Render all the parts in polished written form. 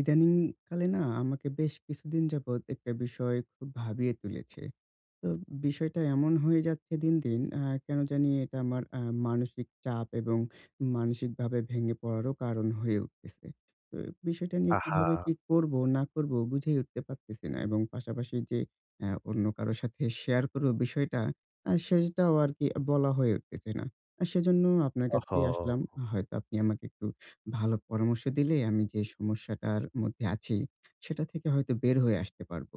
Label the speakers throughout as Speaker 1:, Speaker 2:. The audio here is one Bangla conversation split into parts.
Speaker 1: ইদানিং কালে না আমাকে বেশ কিছুদিন যাবৎ একটা বিষয় খুব ভাবিয়ে তুলেছে। তো বিষয়টা এমন হয়ে যাচ্ছে দিন, দিন কেন জানি এটা আমার মানসিক চাপ এবং মানসিকভাবে ভেঙে পড়ারও কারণ হয়ে উঠতেছে। তো বিষয়টা নিয়ে
Speaker 2: আহা!
Speaker 1: কিভাবে কি করব না করব বুঝেই উঠতে পারতেছি না এবং পাশাপাশি যে অন্য কারো সাথে শেয়ার করব বিষয়টা সেটাও আরকি বলা হয়ে উঠতেছে না। সেজন্য আপনার
Speaker 2: ওহো!
Speaker 1: কাছেই আসলাম। হয়তো আপনি আমাকে একটু ভালো পরামর্শ দিলে আমি যে সমস্যাটার মধ্যে আছি সেটা থেকে হয়তো বের হয়ে আসতে পারব।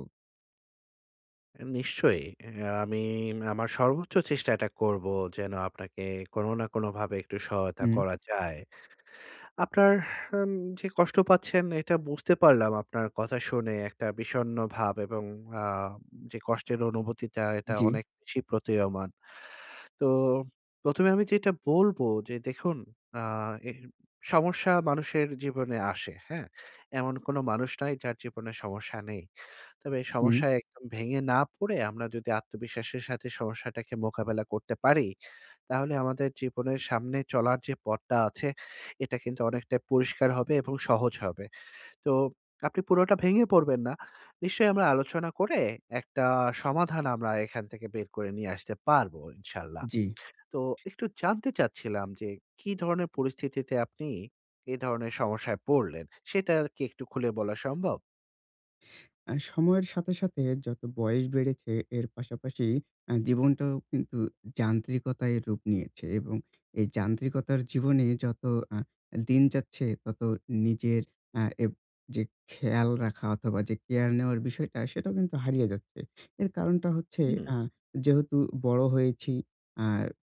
Speaker 2: নিশ্চয়ই। আমি আমার সর্বোচ্চ চেষ্টাটা করব যেন আপনাকে কোনো না কোনোভাবে একটু সহায়তা
Speaker 1: হুম,
Speaker 2: করা যায়। আপনার আম যে কষ্ট পাচ্ছেন এটা বুঝতে পারলাম আপনার কথা শুনে একটা বিষণ্ণ ভাব এবং আ যে কষ্টের অনুভূতিটা এটা
Speaker 1: জি,
Speaker 2: অনেক বেশি প্রতীয়মান। তো ১ম এ আমি যেটা বলবো যে দেখুন আ এ সমস্যা মানুষের জীবনে আসে, হ্যাঁ? এমন কোনো মানুষ নাই যার জীবনে সমস্যা নেই। তবে
Speaker 1: হুম,
Speaker 2: সমস্যায় একদম ভেঙে না পড়ে আমরা যদি আত্মবিশ্বাসের সাথে সমস্যাটাকে মোকাবেলা করতে পারি, তাহলে আমাদের জীবনের সামনে চলার যে পথটা আছে, এটা কিন্তু অনেকটাই পরিষ্কার হবে এবং সহজ হবে। তো আপনি পুরোটা ভেঙে পড়বেন না। নিশ্চয়ই আমরা আলোচনা করে একটা সমাধান আমরা এখান থেকে বের করে নিয়ে আসতে পারবো ইনশাআল্লাহ।
Speaker 1: জি।
Speaker 2: তো একটু জানতে চাচ্ছিলাম যে কি ধরনের পরিস্থিতিতে আপনি এই ধরনের সমস্যায় পড়লেন? সেটা কি একটু খুলে বলা সম্ভব?
Speaker 1: সময়ের সাথে, সাথে যত বয়স বেড়েছে এর পাশাপাশি জীবনটাও কিন্তু যান্ত্রিকতায় রূপ নিয়েছে এবং এই যান্ত্রিকতার জীবনে যত আ দিন যাচ্ছে তত নিজের আ এব যে খেয়াল রাখা অথবা যে কেয়ার নেওয়ার বিষয়টা সেটাও কিন্তু হারিয়ে যাচ্ছে। এর কারণটা হচ্ছে
Speaker 2: হুম,
Speaker 1: আ যেহেতু বড় হয়েছি, আ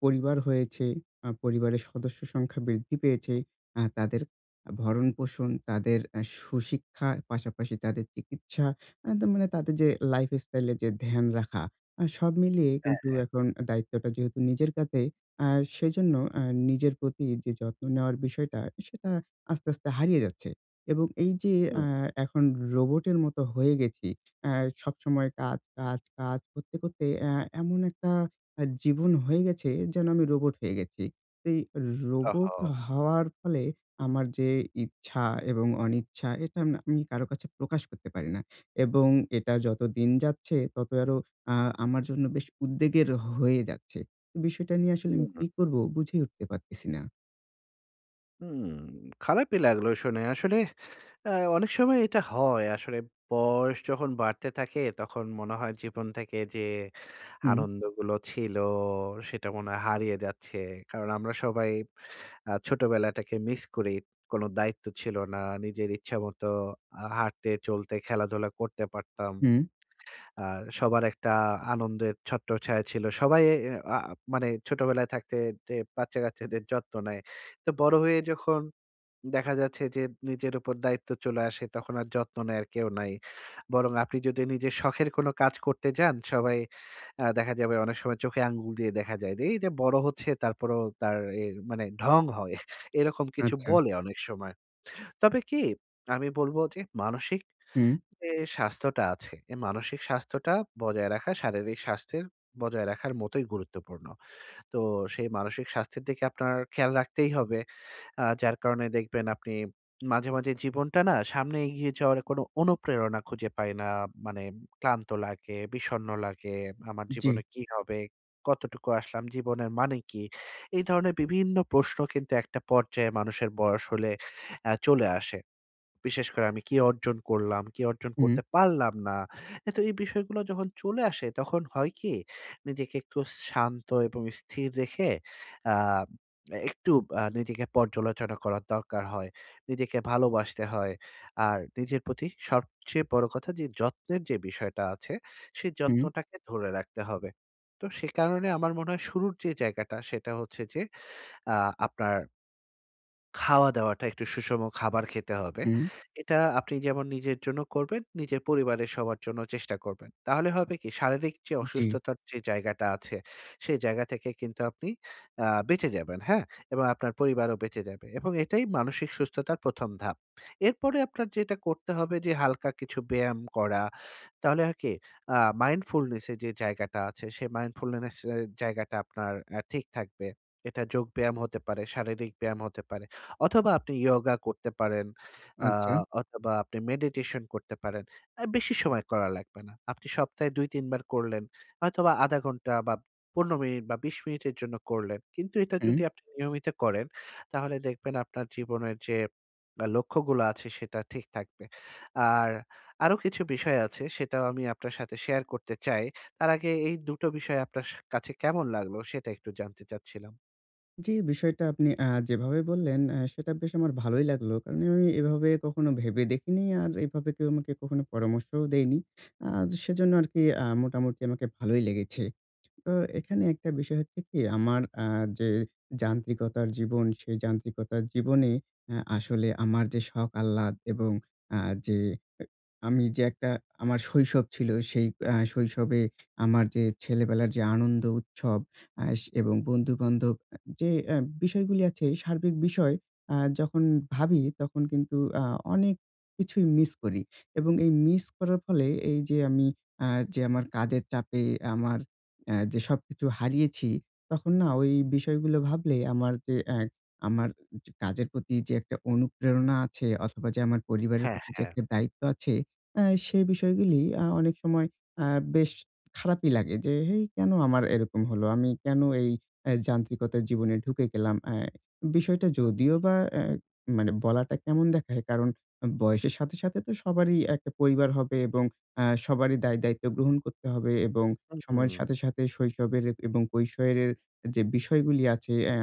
Speaker 1: পরিবার হয়েছে, পরিবারের সদস্য সংখ্যা বৃদ্ধি পেয়েছে, তাদের ভরণপোষণ, তাদের সুশিক্ষা, পাশাপাশি তাদের চিকিৎসা, তার মানে তাদের যে লাইফস্টাইল যে ধ্যান রাখা, সব মিলিয়ে কিন্তু
Speaker 2: হ্যাঁ।
Speaker 1: এখন দায়িত্বটা যেহেতু নিজের কাঁধে, আ সেজন্য আ নিজের প্রতি যে যত্ন নেওয়ার বিষয়টা, সেটা আস্তে, আস্তে হারিয়ে যাচ্ছে। এবং এই যে আ
Speaker 2: হুম।
Speaker 1: এখন রোবটের মতো হয়ে গেছি, আ সবসময় কাজ, কাজ, কাজ করতে, করতে এমন একটা জীবন হয়ে গেছে যেন আমি রোবট হয়ে গেছি। তো এই
Speaker 2: ওহো!
Speaker 1: রোবট হওয়ার ফলে আমার যে ইচ্ছা এবং অনিচ্ছা, এটা না আমি কারো কাছে প্রকাশ করতে পারি না। এবং এটা যত দিন যাচ্ছে তত আরো আ আমার জন্য বেশ উদ্বেগের হয়ে যাচ্ছে। তো বিষয়টা নিয়ে আসলে আমি
Speaker 2: হুম।
Speaker 1: কি করব বুঝে উঠতে পারতেছি না।
Speaker 2: হুম, খারাপই লাগলো শুনে। আসলে আ অনেক সময় এটা হয়। আসলে বয়স যখন বাড়তে থাকে তখন মনে হয় জীবন থেকে যে
Speaker 1: হুম,
Speaker 2: আনন্দগুলো ছিল সেটা মনে হয় হারিয়ে যাচ্ছে। কারণ আমরা সবাই ছোটবেলাটাকে মিস করি। কোন দায়িত্ব ছিল না। নিজের ইচ্ছামত হাঁটতে, চলতে, খেলাধুলা করতে পারতাম।
Speaker 1: হুম,
Speaker 2: আর সবার একটা আনন্দের ছত্রছায়া ছিল। সবাই এ আ মানে ছোটবেলায় থাকতে যে বাচ্চা-কাচ্চাদের যত্ন নেয়। তো বড় হয়ে যখন দেখা যাচ্ছে যে নিজের উপর দায়িত্ব চলে আসে, তখন আর যত্ন নেয়ার কেউ নাই। বরং আপনি যদি নিজের শখের কোনো কাজ করতে যান, সবাই দেখা যাবে অনেক সময় চোখে আঙ্গুল দিয়ে দেখা যায় যে, "এই যে বড় হচ্ছে তারপরেও তার এর মানে ঢং হয়।" এরকম কিছু
Speaker 1: আচ্ছা,
Speaker 2: বলে অনেক সময়। তবে কি আমি বলব যে মানসিক
Speaker 1: হুম,
Speaker 2: যে স্বাস্থ্যটা আছে, এই মানসিক স্বাস্থ্যটা বজায় রাখা শারীরিক স্বাস্থ্যের বজায় রাখার মতোই গুরুত্বপূর্ণ। তো সেই মানসিক স্বাস্থ্যের দিকে আপনার খেয়াল রাখতেই হবে। যার কারণে দেখবেন আপনি মাঝে, মাঝে জীবনটা না সামনে এগিয়ে যাওয়ার কোনো অনুপ্রেরণা খুঁজে পাই না। মানে ক্লান্ত লাগে, বিষণ্ণ লাগে, আমার
Speaker 1: জি,
Speaker 2: জীবনে কি হবে? কতটুকু আসলাম? জীবনের মানে কি? এই ধরনের বিভিন্ন প্রশ্ন কিন্তু একটা পর্যায়ে মানুষের বয়স হলে চলে আসে। বিশেষ করে আমি কি অর্জন করলাম, কি অর্জন
Speaker 1: হুম,
Speaker 2: করতে পারলাম না। তো এই বিষয়গুলো যখন চলে আসে তখন হয় কি নিজেকে একটু শান্ত এবং স্থির রেখে আ একটু নিজেকে পর্যালোচনা করার দরকার হয়। নিজেকে ভালোবাসতে হয়। আর নিজের প্রতি সবচেয়ে বড় কথা যে যত্নের যে বিষয়টা আছে সেই
Speaker 1: হুম,
Speaker 2: যত্নটাকে ধরে রাখতে হবে। তো সে কারণে আমার মনে হয় শুরুর যে জায়গাটা সেটা হচ্ছে যে আ আপনার খাওয়া-দাওয়াটা একটু সুষম খাবার খেতে হবে।
Speaker 1: হুম,
Speaker 2: এটা আপনি যেমন নিজের জন্য করবেন, নিজের পরিবারের সবার জন্য চেষ্টা করবেন। তাহলে হবে কি শারীরিক যে
Speaker 1: জি,
Speaker 2: অসুস্থতার যে জায়গাটা আছে, সেই জায়গা থেকে কিন্তু আপনি বেঁচে যাবেন, হ্যাঁ? এবং আপনার পরিবারও বেঁচে যাবে এবং এটাই মানসিক সুস্থতার ১ম ধাপ। এরপরে আপনার যেটা করতে হবে যে হালকা কিছু ব্যায়াম করা। তাহলে হয় কি আ মাইন্ডফুলনেস এর যে জায়গাটা আছে, সেই মাইন্ডফুলনেস এর জায়গাটা আপনার ঠিক থাকবে। এটা যোগব্যায়াম হতে পারে, শারীরিক ব্যায়াম হতে পারে। অথবা আপনি ইয়োগা করতে পারেন, আ
Speaker 1: আচ্ছা,
Speaker 2: অথবা আপনি মেডিটেশন করতে পারেন। বেশি সময় করা লাগবে না। আপনি সপ্তাহে ২-৩ বার করলেন, হয়তোবা ০.৫ ঘন্টা বা ১৫ মিনিট বা ২০ মিনিটের জন্য করলেন। কিন্তু এটা
Speaker 1: হুম।
Speaker 2: যদি আপনি নিয়মিত করেন, তাহলে দেখবেন আপনার জীবনের যে লক্ষ্যগুলো আছে সেটা ঠিক থাকবে। আর আরো কিছু বিষয় আছে সেটাও আমি আপনার সাথে শেয়ার করতে চাই। তার আগে এই দুটো বিষয় আপনার কাছে কেমন লাগলো সেটা একটু জানতে চাচ্ছিলাম।
Speaker 1: জি, বিষয়টা আপনি যেভাবে বললেন সেটা বেশ আমার ভালোই লাগলো। কারণ আমি এভাবে কখনো ভেবে দেখিনি আর এভাবে কেউ আমাকে কখনো পরামর্শও দেয়নি। আ সেজন্য আরকি মোটামুটি আমাকে ভালোই লেগেছে। তো এখানে একটা বিষয় হচ্ছে কি আমার যে যান্ত্রিকতার জীবন, সেই যান্ত্রিকতার জীবনে আসলে আমার যে শখ আহ্লাদ এবং আ যে এ আমি যে একটা আমার শৈশব ছিল সেই শৈশবে আমার যে ছেলেবেলার যে আনন্দ উৎসব আ স এবং বন্ধু-বান্ধব আ যে আ বিষয়গুলি আছে সার্বিক বিষয় যখন ভাবি তখন কিন্তু আ অনেক কিছুই মিস করি এবং এই মিস করার ফলে এই যে আমি আ যে আমার কাজের চাপে আমার যে সবকিছু হারিয়েছি, তখন না ওই বিষয়গুলো ভাবলে আমার যে আমার যে কাজের প্রতি যে একটা অনুপ্রেরণা আছে অথবা যে আমার পরিবারের
Speaker 2: হ্যাঁ,
Speaker 1: প্রতি যে
Speaker 2: হ্যাঁ।
Speaker 1: একটা দায়িত্ব আছে, সেই বিষয়গুলি অনেক সময় আ বেশ খারাপই লাগে যে, "হেই! কেন আমার এরকম হলো? আমি কেন এই যান্ত্রিকতার জীবনে ঢুকে গেলাম?" বিষয়টা
Speaker 2: হুম,
Speaker 1: যদিও বা মানে বলাটা কেমন দেখায়, কারণ বয়সের সাথে, সাথে তো সবারই একটা পরিবার হবে এবং সবারই দায়-দায়িত্ব গ্রহণ করতে হবে এবং
Speaker 2: হুম, হুম,
Speaker 1: সময়ের সাথে, সাথে শৈশবের এবং কৈশোরের যে বিষয়গুলি আছে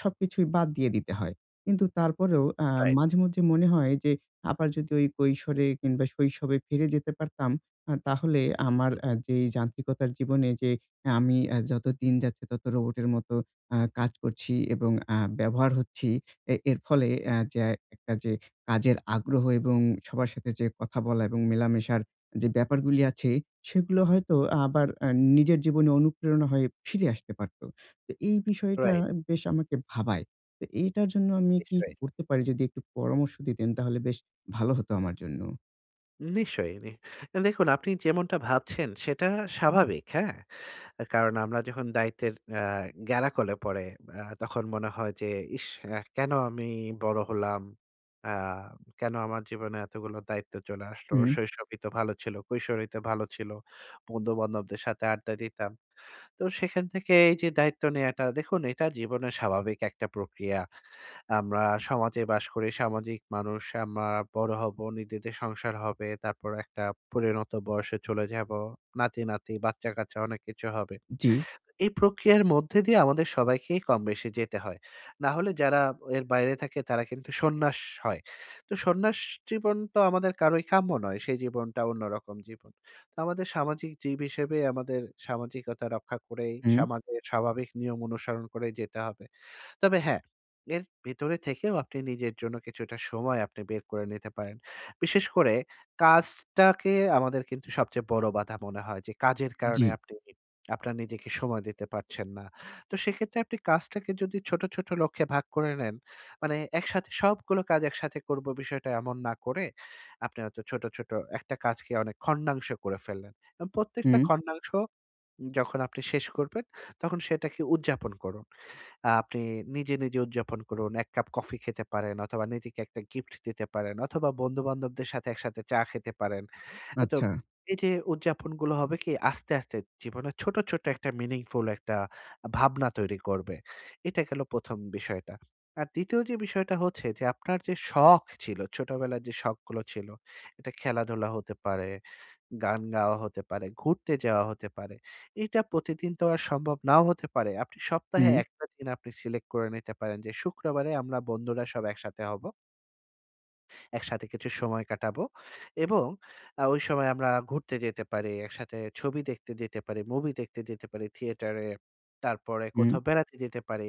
Speaker 1: সবকিছুই বাদ দিয়ে দিতে হয়। কিন্তু তারপরেও
Speaker 2: রাইট।
Speaker 1: মাঝে মধ্যে মনে হয় যে আবার যদি ওই কৈশোরে কিংবা শৈশবে ফিরে যেতে পারতাম, তাহলে আমার যে এই যান্ত্রিকতার জীবনে যে আমি যত দিন যাচ্ছে তত রোবটের মতো কাজ করছি এবং ব্যবহার হচ্ছি। এর ফলে যে একটা যে কাজের আগ্রহ এবং সবার সাথে যে কথা বলা এবং মেলামেশার যে ব্যাপারগুলি আছে সেগুলো হয়তো আবার নিজের জীবনে অনুপ্রেরণা হয়ে ফিরে আসতে পারত। তো এই বিষয়টা
Speaker 2: রাইট,
Speaker 1: বেশ আমাকে ভাবায়। তো এইটার জন্য আমি কি
Speaker 2: নিশ্চয়ই।
Speaker 1: করতে পারি যদি একটু পরামর্শ দিতেন তাহলে বেশ ভালো হতো আমার জন্য।
Speaker 2: নিশ্চয়ই, নি দেখুন আপনি যেমনটা ভাবছেন সেটা স্বাভাবিক, হ্যাঁ? কারণ আমরা যখন দায়িত্বের আ গ্যালাকলে পড়ে তখন মনে হয় যে, "ইস! কেন আমি বড় হলাম? আ কেন আমার জীবনে এতগুলো দায়িত্ব চলে আসলো?
Speaker 1: হুম,
Speaker 2: শৈশবই তো ভালো ছিল, কৈশোরেই তো ভালো ছিল। বন্ধু-বান্ধবদের সাথে আড্ডা দিতাম।" তো সেখান থেকে এই যে দায়িত্ব নেয়াটা দেখুন এটা জীবনের স্বাভাবিক একটা প্রক্রিয়া। আমরা সমাজে বাস করি, সামাজিক মানুষ। আমরা বড় হব, নিজেদের সংসার হবে। তারপর একটা পরিণত বয়সে চলে যাব। নাতি-নাতি, বাচ্চা-কাচ্চা অনেক কিছু হবে।
Speaker 1: জি,
Speaker 2: এই প্রক্রিয়ার মধ্যে দিয়ে আমাদের সবাইকেই কমবেশি যেতে হয়। না হলে যারা এর বাইরে থাকে তারা কিন্তু সন্ন্যাস হয়। তো সন্ন্যাস জীবন তো আমাদের কারোই কাম্য নয়। সেই জীবনটা অন্যরকম জীবন। তো আমাদের সামাজিক জীব হিসেবে আমাদের সামাজিকতা রক্ষা করেই,
Speaker 1: হুম,
Speaker 2: সমাজের স্বাভাবিক নিয়ম অনুসরণ করে যেতে হবে। তবে হ্যাঁ, এর ভেতরে থেকেও আপনি নিজের জন্য কিছুটা সময় আপনি বের করে নিতে পারেন। বিশেষ করে কাজটাকে আমাদের কিন্তু সবচেয়ে বড় বাধা মনে হয় যে কাজের
Speaker 1: জি,
Speaker 2: কারণে আপনি আপনার নিজেকে সময় দিতে পারছেন না। তো সেক্ষেত্রে আপনি কাজটাকে যদি ছোট, ছোট লক্ষ্যে ভাগ করে নেন, মানে একসাথে সবগুলো কাজ একসাথে করব বিষয়টা এমন না করে, আপনি হয়তো ছোট, ছোট একটা কাজকে অনেক খণ্ডাংশ করে ফেললেন। এবং প্রত্যেকটা
Speaker 1: হুম,
Speaker 2: খণ্ডাংশ যখন আপনি শেষ করবেন, তখন সেটাকে উদযাপন করুন। আপনি নিজে, নিজে উদযাপন করুন। ১ কাপ কফি খেতে পারেন অথবা নিজেকে একটা গিফট দিতে পারেন অথবা বন্ধু-বান্ধবদের সাথে একসাথে চা খেতে পারেন। তো
Speaker 1: আচ্ছা।
Speaker 2: এই যে উদযাপনগুলো হবে কি আস্তে, আস্তে জীবনে ছোট, ছোট একটা মিনিংফুল একটা ভাবনা তৈরি করবে। এটা গেল ১ম বিষয়টা। আর ২য় যে বিষয়টা হচ্ছে যে আপনার যে শখ ছিল, ছোটবেলার যে শখগুলো ছিল, এটা খেলাধুলা হতে পারে গান গাওয়া হতে পারে, ঘুরতে যাওয়া হতে পারে। এটা প্রতিদিন তো আর সম্ভব নাও হতে পারে। আপনি সপ্তাহে
Speaker 1: হুম,
Speaker 2: একটা দিন আপনি সিলেক্ট করে নিতে পারেন যে শুক্রবারে আমরা বন্ধুরা সব একসাথে হব। একসাথে কিছু সময় কাটাবো এবং ওই সময় আমরা ঘুরতে যেতে পারি, একসাথে ছবি দেখতে যেতে পারি, মুভি দেখতে যেতে পারি থিয়েটারে। তারপরে
Speaker 1: হুম,
Speaker 2: কোথাও বেড়াতে যেতে পারি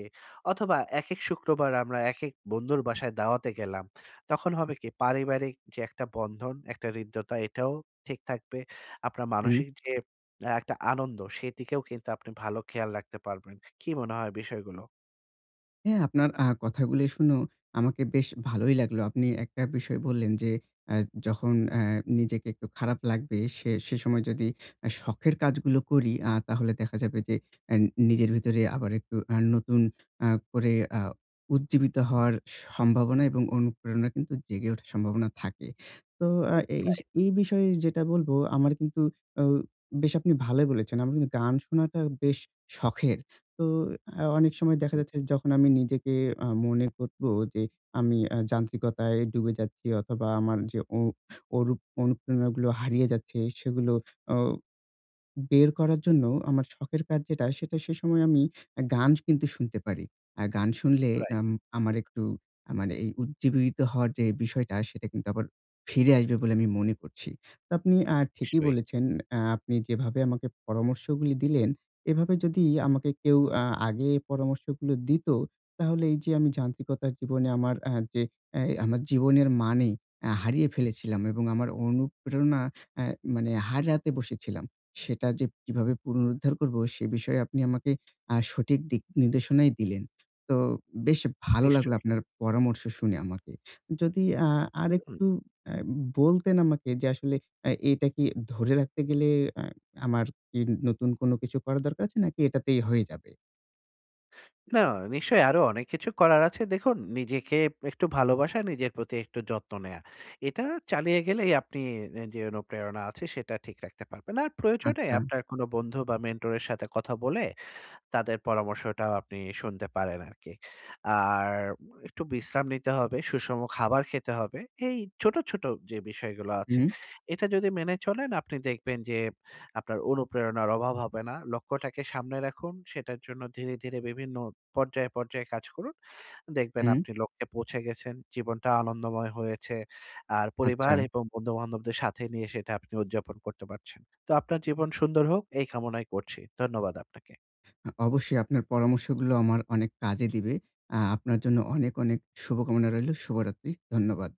Speaker 2: অথবা একেক শুক্রবার আমরা একেক বন্ধুর বাসায় দাওয়াতে গেলাম। তখন হবে কি পারিবারিক যে একটা বন্ধন, একটা হৃদ্যতা এটাও ঠিক থাকবে। আপনার
Speaker 1: হুম।
Speaker 2: মানসিক যে একটা আনন্দ সেদিকেও কিন্তু আপনি ভালো খেয়াল রাখতে পারবেন। কি মনে হয় বিষয়গুলো?
Speaker 1: হ্যাঁ, আপনার কথাগুলি শুনেও আমাকে বেশ ভালোই লাগলো। আপনি একটা বিষয় বললেন যে, আ যখন নিজেকে একটু খারাপ লাগবে সে সে সময় যদি শখের কাজগুলো করি তাহলে দেখা যাবে যে অ্যা নিজের ভিতরে আবার একটু নতুন করে উজ্জীবিত হওয়ার সম্ভাবনা এবং অনুপ্রেরণা কিন্তু জেগে ওঠার সম্ভাবনা থাকে। তো এই এই বিষয়ে যেটা বলব আমার কিন্তু ও বেশ আপনি ভালোই বলেছেন। আমার কিন্তু গান শোনাটা বেশ শখের। তো অনেক সময় দেখা
Speaker 2: হুম।
Speaker 1: যাচ্ছে যখন আমি নিজেকে মনে করব যে আমি যান্ত্রিকতায় ডুবে যাচ্ছি অথবা আমার যে অরুপ অনুপ্রেরণাগুলো হারিয়ে যাচ্ছে সেগুলো অ বের করার জন্য আমার শখের কাজ যেটা, সেটা সে সময় আমি গান কিন্তু শুনতে পারি। আর গান শুনলে
Speaker 2: রাইট।
Speaker 1: আম আমার একটু মানে এই উজ্জীবিত হওয়ার যে বিষয়টা, সেটা কিন্তু আবার ফিরে আসবে বলে আমি মনে করছি। তো আপনি ঠিকই
Speaker 2: নিশ্চয়ই,
Speaker 1: বলেছেন। আপনি যেভাবে আমাকে পরামর্শগুলি দিলেন, এভাবে যদি আমাকে কেউ আগে পরামর্শগুলো দিত, তাহলে এই যে আমি যান্ত্রিকতার জীবনে আমার আ যে এ আমার জীবনের মানে হারিয়ে ফেলেছিলাম এবং আমার অনুপ্রেরণা আ মানে হারাতে বসেছিলাম। সেটা যে কিভাবে পুনরুদ্ধার করব, সে বিষয়ে আপনি আমাকে সঠিক দিক নির্দেশনাই দিলেন। তো বেশ ভালো লাগলো
Speaker 2: নিশ্চয়ই।
Speaker 1: আপনার পরামর্শ শুনে আমাকে। যদি
Speaker 2: হুম।
Speaker 1: আরেকটু আ বলতেন আমাকে যে আসলে এটা কি ধরে রাখতে গেলে আ আমার কি নতুন কোনো কিছু করা দরকার আছে নাকি এটাতেই হয়ে যাবে?
Speaker 2: না, নিশ্চয়ই আরো অনেক কিছু করার আছে। দেখুন নিজেকে একটু ভালোবাসা, নিজের প্রতি একটু যত্ন নেয়া। এটা চালিয়ে গেলেই আপনি এ যে অনুপ্রেরণা আছে সেটা ঠিক রাখতে পারবেন। আর প্রয়োজনে
Speaker 1: আচ্ছা।
Speaker 2: আপনার কোনো বন্ধু বা মেন্টরের সাথে কথা বলে তাদের পরামর্শটাও আপনি শুনতে পারেন আরকি। আর একটু বিশ্রাম নিতে হবে, সুষম খাবার খেতে হবে। এই ছোট, ছোট যে বিষয়গুলো আছে,
Speaker 1: হুম,
Speaker 2: এটা যদি মেনে চলেন আপনি দেখবেন যে আপনার অনুপ্রেরণার অভাব হবে না। লক্ষ্যটাকে সামনে রাখুন, সেটার জন্য ধীরে, ধীরে বিভিন্ন পর্যায়ে, পর্যায়ে কাজ করুন। দেখবেন
Speaker 1: হুম।
Speaker 2: আপনি লক্ষ্যে পৌঁছে গেছেন, জীবনটা আনন্দময় হয়েছে। আর
Speaker 1: আচ্ছা।
Speaker 2: পরিবার এবং বন্ধু-বান্ধবদের সাথে নিয়ে সেটা আপনি উদযাপন করতে পারছেন। তো আপনার জীবন সুন্দর হোক এই কামনাই করছি। ধন্যবাদ আপনাকে।
Speaker 1: অবশ্যই আপনার পরামর্শগুলো আমার অনেক কাজে দিবে। আপনার জন্য অনেক, অনেক শুভকামনা রইলো। শুভরাত্রি। ধন্যবাদ।